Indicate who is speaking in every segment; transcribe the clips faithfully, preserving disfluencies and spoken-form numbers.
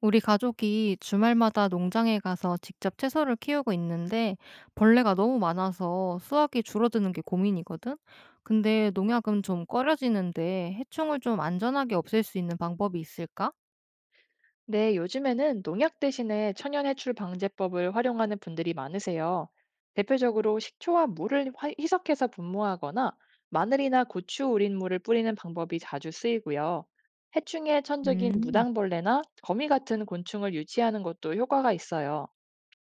Speaker 1: 우리 가족이 주말마다 농장에 가서 직접 채소를 키우고 있는데 벌레가 너무 많아서 수확이 줄어드는 게 고민이거든? 근데 농약은 좀 꺼려지는데 해충을 좀 안전하게 없앨 수 있는 방법이 있을까?
Speaker 2: 네, 요즘에는 농약 대신에 천연 해출 방제법을 활용하는 분들이 많으세요. 대표적으로 식초와 물을 화- 희석해서 분무하거나 마늘이나 고추 우린 물을 뿌리는 방법이 자주 쓰이고요. 해충의 천적인
Speaker 1: 음,
Speaker 2: 무당벌레나 거미 같은 곤충을 유치하는 것도 효과가 있어요.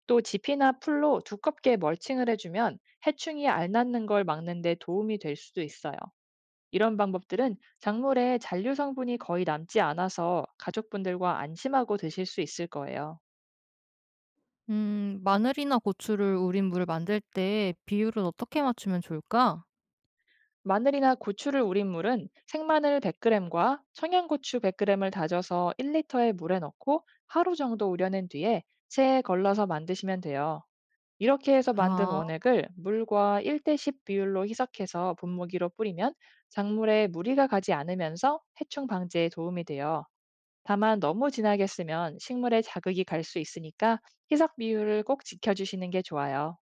Speaker 2: 또 지피나 풀로 두껍게 멀칭을 해주면 해충이 알 낳는 걸 막는 데 도움이 될 수도 있어요. 이런 방법들은 작물에 잔류 성분이 거의 남지 않아서 가족분들과 안심하고 드실 수 있을 거예요.
Speaker 1: 음, 마늘이나 고추를 우린 물 만들 때 비율은 어떻게 맞추면 좋을까?
Speaker 2: 마늘이나 고추를 우린 물은 생마늘 백 그램과 청양고추 백 그램을 다져서 일 리터의 물에 넣고 하루 정도 우려낸 뒤에 체에 걸러서 만드시면 돼요. 이렇게 해서 만든
Speaker 1: 아,
Speaker 2: 원액을 물과 일 대십 비율로 희석해서 분무기로 뿌리면 작물에 무리가 가지 않으면서 해충 방지에 도움이 돼요. 다만 너무 진하게 쓰면 식물에 자극이 갈 수 있으니까 희석 비율을 꼭 지켜주시는 게 좋아요.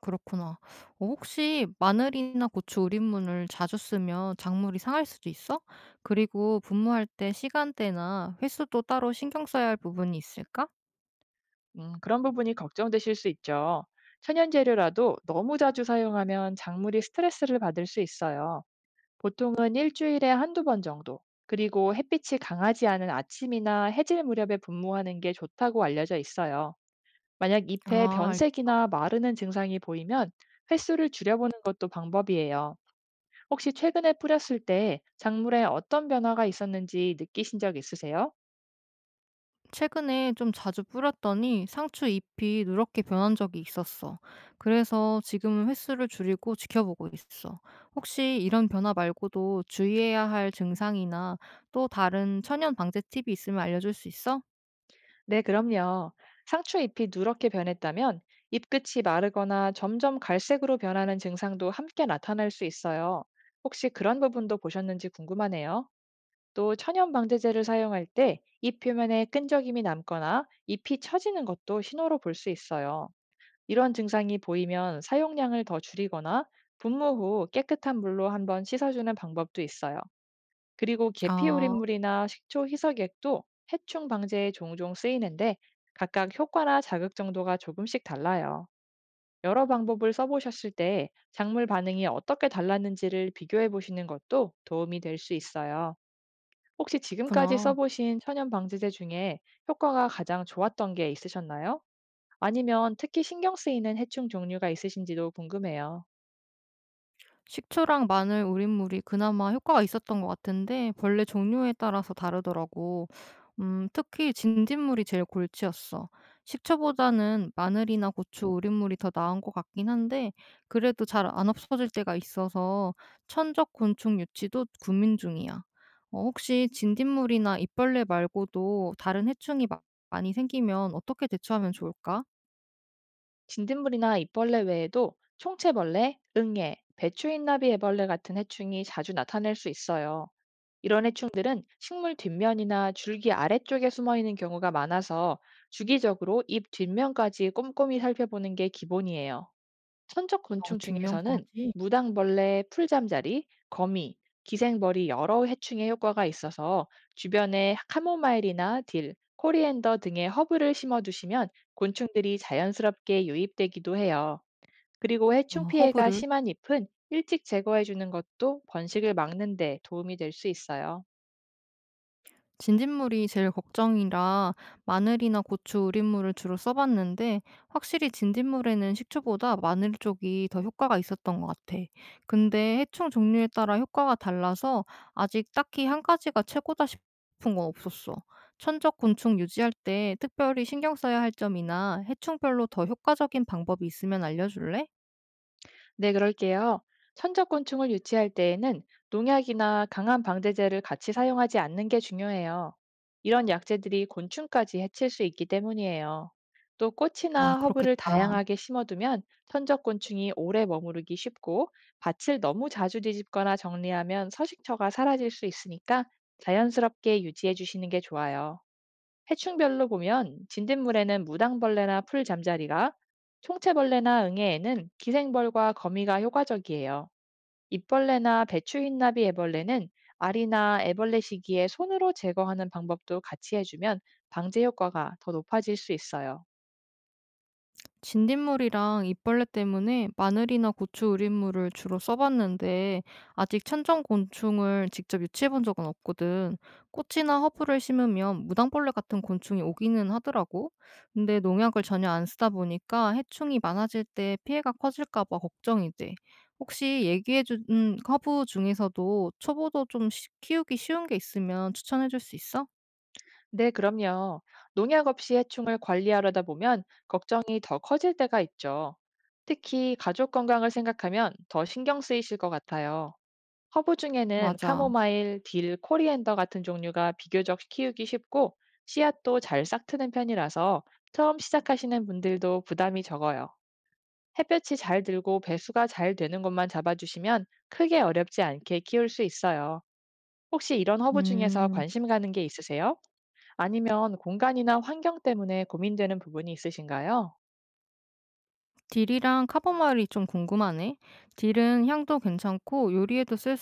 Speaker 1: 그렇구나. 어, 혹시 마늘이나 고추 우린물을 자주 쓰면 작물이 상할 수도 있어? 그리고 분무할 때 시간대나 횟수도 따로 신경 써야 할 부분이 있을까?
Speaker 2: 음, 그런 부분이 걱정되실 수 있죠. 천연 재료라도 너무 자주 사용하면 작물이 스트레스를 받을 수 있어요. 보통은 일주일에 한두 번 정도. 그리고 햇빛이 강하지 않은 아침이나 해질 무렵에 분무하는 게 좋다고 알려져 있어요. 만약 잎에
Speaker 1: 아, 알-
Speaker 2: 변색이나 마르는 증상이 보이면 횟수를 줄여보는 것도 방법이에요. 혹시 최근에 뿌렸을 때 작물에 어떤 변화가 있었는지 느끼신 적 있으세요?
Speaker 1: 최근에 좀 자주 뿌렸더니 상추 잎이 누렇게 변한 적이 있었어. 그래서 지금은 횟수를 줄이고 지켜보고 있어. 혹시 이런 변화 말고도 주의해야 할 증상이나 또 다른 천연 방제 팁이 있으면 알려줄 수 있어?
Speaker 2: 네, 그럼요. 상추 잎이 누렇게 변했다면 잎끝이 마르거나 점점 갈색으로 변하는 증상도 함께 나타날 수 있어요. 혹시 그런 부분도 보셨는지 궁금하네요. 또 천연 방제제를 사용할 때 잎 표면에 끈적임이 남거나 잎이 처지는 것도 신호로 볼 수 있어요. 이런 증상이 보이면 사용량을 더 줄이거나 분무 후 깨끗한 물로 한번 씻어주는 방법도 있어요. 그리고
Speaker 1: 아,
Speaker 2: 계피우린물이나 식초 희석액도 해충 방제에 종종 쓰이는데 각각 효과나 자극 정도가 조금씩 달라요. 여러 방법을 써보셨을 때 작물 반응이 어떻게 달랐는지를 비교해 보시는 것도 도움이 될 수 있어요. 혹시 지금까지
Speaker 1: 그렇구나.
Speaker 2: 써보신 천연 방제제 중에 효과가 가장 좋았던 게 있으셨나요? 아니면 특히 신경 쓰이는 해충 종류가 있으신지도 궁금해요.
Speaker 1: 식초랑 마늘 우린물이 그나마 효과가 있었던 것 같은데 벌레 종류에 따라서 다르더라고. 음, 특히 진딧물이 제일 골치였어. 식초보다는 마늘이나 고추 우린물이 더 나은 것 같긴 한데 그래도 잘 안 없어질 때가 있어서 천적 곤충 유치도 고민 중이야. 어, 혹시 진딧물이나 입벌레 말고도 다른 해충이 마- 많이 생기면 어떻게 대처하면 좋을까?
Speaker 2: 진딧물이나 잎벌레 외에도 총체벌레, 응애, 배추인나비 애벌레 같은 해충이 자주 나타낼 수 있어요. 이런 해충들은 식물 뒷면이나 줄기 아래쪽에 숨어 있는 경우가 많아서 주기적으로 잎 뒷면까지 꼼꼼히 살펴보는 게 기본이에요. 천적
Speaker 1: 아,
Speaker 2: 곤충 중에서는
Speaker 1: 뒷면까지?
Speaker 2: 무당벌레, 풀잠자리, 거미, 기생벌이 여러 해충에 효과가 있어서 주변에 카모마일이나 딜, 코리앤더 등의 허브를 심어두시면 곤충들이 자연스럽게 유입되기도 해요. 그리고
Speaker 1: 아,
Speaker 2: 해충 피해가
Speaker 1: 허브를.
Speaker 2: 심한 잎은 일찍 제거해주는 것도 번식을 막는 데 도움이 될 수 있어요.
Speaker 1: 진딧물이 제일 걱정이라 마늘이나 고추 우린물을 주로 써봤는데 확실히 진딧물에는 식초보다 마늘 쪽이 더 효과가 있었던 것 같아. 근데 해충 종류에 따라 효과가 달라서 아직 딱히 한 가지가 최고다 싶은 건 없었어. 천적 곤충 유지할 때 특별히 신경 써야 할 점이나 해충별로 더 효과적인 방법이 있으면 알려줄래?
Speaker 2: 네, 그럴게요. 천적곤충을 유치할 때에는 농약이나 강한 방제제를 같이 사용하지 않는 게 중요해요. 이런 약재들이 곤충까지 해칠 수 있기 때문이에요. 또
Speaker 1: 아,
Speaker 2: 꽃이나 허브를
Speaker 1: 그렇겠다.
Speaker 2: 다양하게 심어두면 천적곤충이 오래 머무르기 쉽고, 밭을 너무 자주 뒤집거나 정리하면 서식처가 사라질 수 있으니까 자연스럽게 유지해 주시는 게 좋아요. 해충별로 보면 진딧물에는 무당벌레나 풀잠자리가, 총채벌레나 응애에는 기생벌과 거미가 효과적이에요. 잎벌레나 배추흰나비 애벌레는 알이나 애벌레 시기에 손으로 제거하는 방법도 같이 해주면 방제 효과가 더 높아질 수 있어요.
Speaker 1: 진딧물이랑 잎벌레 때문에 마늘이나 고추 우린물을 주로 써봤는데 아직 천정 곤충을 직접 유치해 본 적은 없거든. 꽃이나 허브를 심으면 무당벌레 같은 곤충이 오기는 하더라고. 근데 농약을 전혀 안 쓰다 보니까 해충이 많아질 때 피해가 커질까 봐 걱정이 돼. 혹시 얘기해 준 허브 중에서도 초보도 좀 쉬- 키우기 쉬운 게 있으면 추천해 줄 수 있어?
Speaker 2: 네, 그럼요. 농약 없이 해충을 관리하려다 보면 걱정이 더 커질 때가 있죠. 특히 가족 건강을 생각하면 더 신경 쓰이실 것 같아요. 허브 중에는
Speaker 1: 맞아.
Speaker 2: 카모마일, 딜, 코리앤더 같은 종류가 비교적 키우기 쉽고 씨앗도 잘 싹트는 편이라서 처음 시작하시는 분들도 부담이 적어요. 햇볕이 잘 들고 배수가 잘 되는 곳만 잡아주시면 크게 어렵지 않게 키울 수 있어요. 혹시 이런 허브 중에서
Speaker 1: 음.
Speaker 2: 관심 가는 게 있으세요? 아니면 공간이나 환경 때문에 고민되는 부분이 있으신가요?
Speaker 1: 딜이랑 카보마일이 좀 궁금하네. 딜은 향도 괜찮고 요리에도 쓸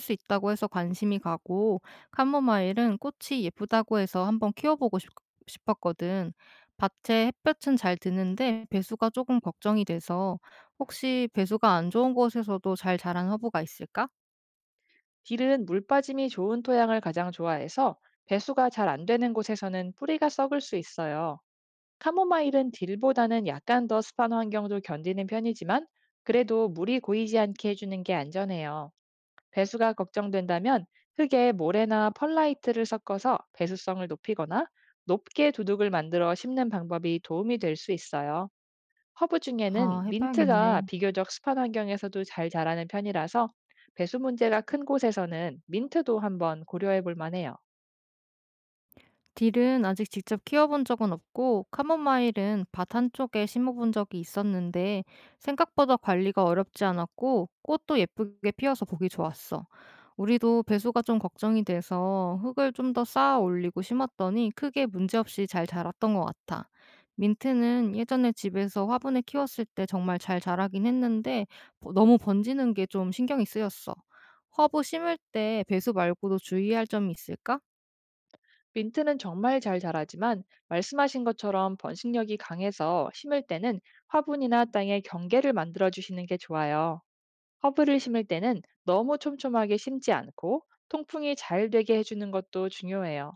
Speaker 1: 수 있다고 해서 관심이 가고 카모마일은 꽃이 예쁘다고 해서 한번 키워보고 싶, 싶었거든. 밭에 햇볕은 잘 드는데 배수가 조금 걱정이 돼서 혹시 배수가 안 좋은 곳에서도 잘 자란 허브가 있을까?
Speaker 2: 딜은 물 빠짐이 좋은 토양을 가장 좋아해서 배수가 잘 안 되는 곳에서는 뿌리가 썩을 수 있어요. 카모마일은 딜보다는 약간 더 습한 환경도 견디는 편이지만, 그래도 물이 고이지 않게 해주는 게 안전해요. 배수가 걱정된다면 흙에 모래나 펄라이트를 섞어서 배수성을 높이거나 높게 두둑을 만들어 심는 방법이 도움이 될 수 있어요. 허브 중에는
Speaker 1: 아,
Speaker 2: 민트가
Speaker 1: 해봐야겠네.
Speaker 2: 비교적 습한 환경에서도 잘 자라는 편이라서 배수 문제가 큰 곳에서는 민트도 한번 고려해 볼 만해요.
Speaker 1: 딜은 아직 직접 키워본 적은 없고 카모마일은 밭 한쪽에 심어본 적이 있었는데 생각보다 관리가 어렵지 않았고 꽃도 예쁘게 피어서 보기 좋았어. 우리도 배수가 좀 걱정이 돼서 흙을 좀 더 쌓아 올리고 심었더니 크게 문제없이 잘 자랐던 것 같아. 민트는 예전에 집에서 화분에 키웠을 때 정말 잘 자라긴 했는데 버- 너무 번지는 게 좀 신경이 쓰였어. 허브 심을 때 배수 말고도 주의할 점이 있을까?
Speaker 2: 민트는 정말 잘 자라지만 말씀하신 것처럼 번식력이 강해서 심을 때는 화분이나 땅에 경계를 만들어 주시는 게 좋아요. 허브를 심을 때는 너무 촘촘하게 심지 않고 통풍이 잘 되게 해주는 것도 중요해요.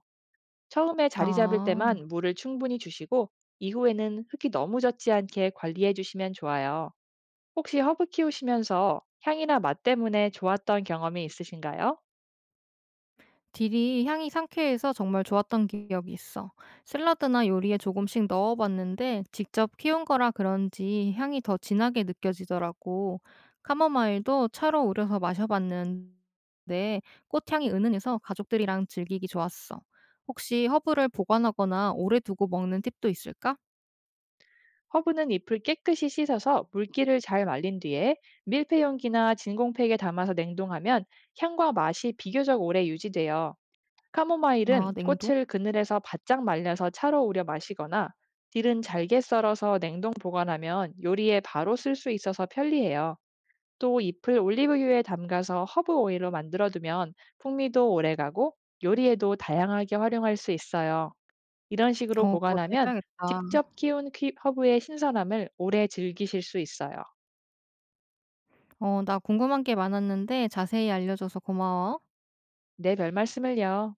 Speaker 2: 처음에 자리 잡을
Speaker 1: 아.
Speaker 2: 때만 물을 충분히 주시고 이후에는 흙이 너무 젖지 않게 관리해 주시면 좋아요. 혹시 허브 키우시면서 향이나 맛 때문에 좋았던 경험이 있으신가요?
Speaker 1: 딜이 향이 상쾌해서 정말 좋았던 기억이 있어. 샐러드나 요리에 조금씩 넣어봤는데 직접 키운 거라 그런지 향이 더 진하게 느껴지더라고. 카모마일도 차로 우려서 마셔봤는데 꽃향이 은은해서 가족들이랑 즐기기 좋았어. 혹시 허브를 보관하거나 오래 두고 먹는 팁도 있을까?
Speaker 2: 허브는 잎을 깨끗이 씻어서 물기를 잘 말린 뒤에 밀폐용기나 진공팩에 담아서 냉동하면 향과 맛이 비교적 오래 유지돼요.
Speaker 1: 아,
Speaker 2: 카모마일은
Speaker 1: 냉동?
Speaker 2: 꽃을 그늘에서 바짝 말려서 차로 우려 마시거나, 딜은 잘게 썰어서 냉동 보관하면 요리에 바로 쓸 수 있어서 편리해요. 또 잎을 올리브유에 담가서 허브 오일로 만들어두면 풍미도 오래가고 요리에도 다양하게 활용할 수 있어요. 이런 식으로
Speaker 1: 어, 그것도
Speaker 2: 보관하면
Speaker 1: 해봐야겠다.
Speaker 2: 직접 키운 키- 허브의 신선함을 오래 즐기실 수 있어요.
Speaker 1: 어, 나 궁금한 게 많았는데 자세히 알려줘서 고마워.
Speaker 2: 네, 별 말씀을요.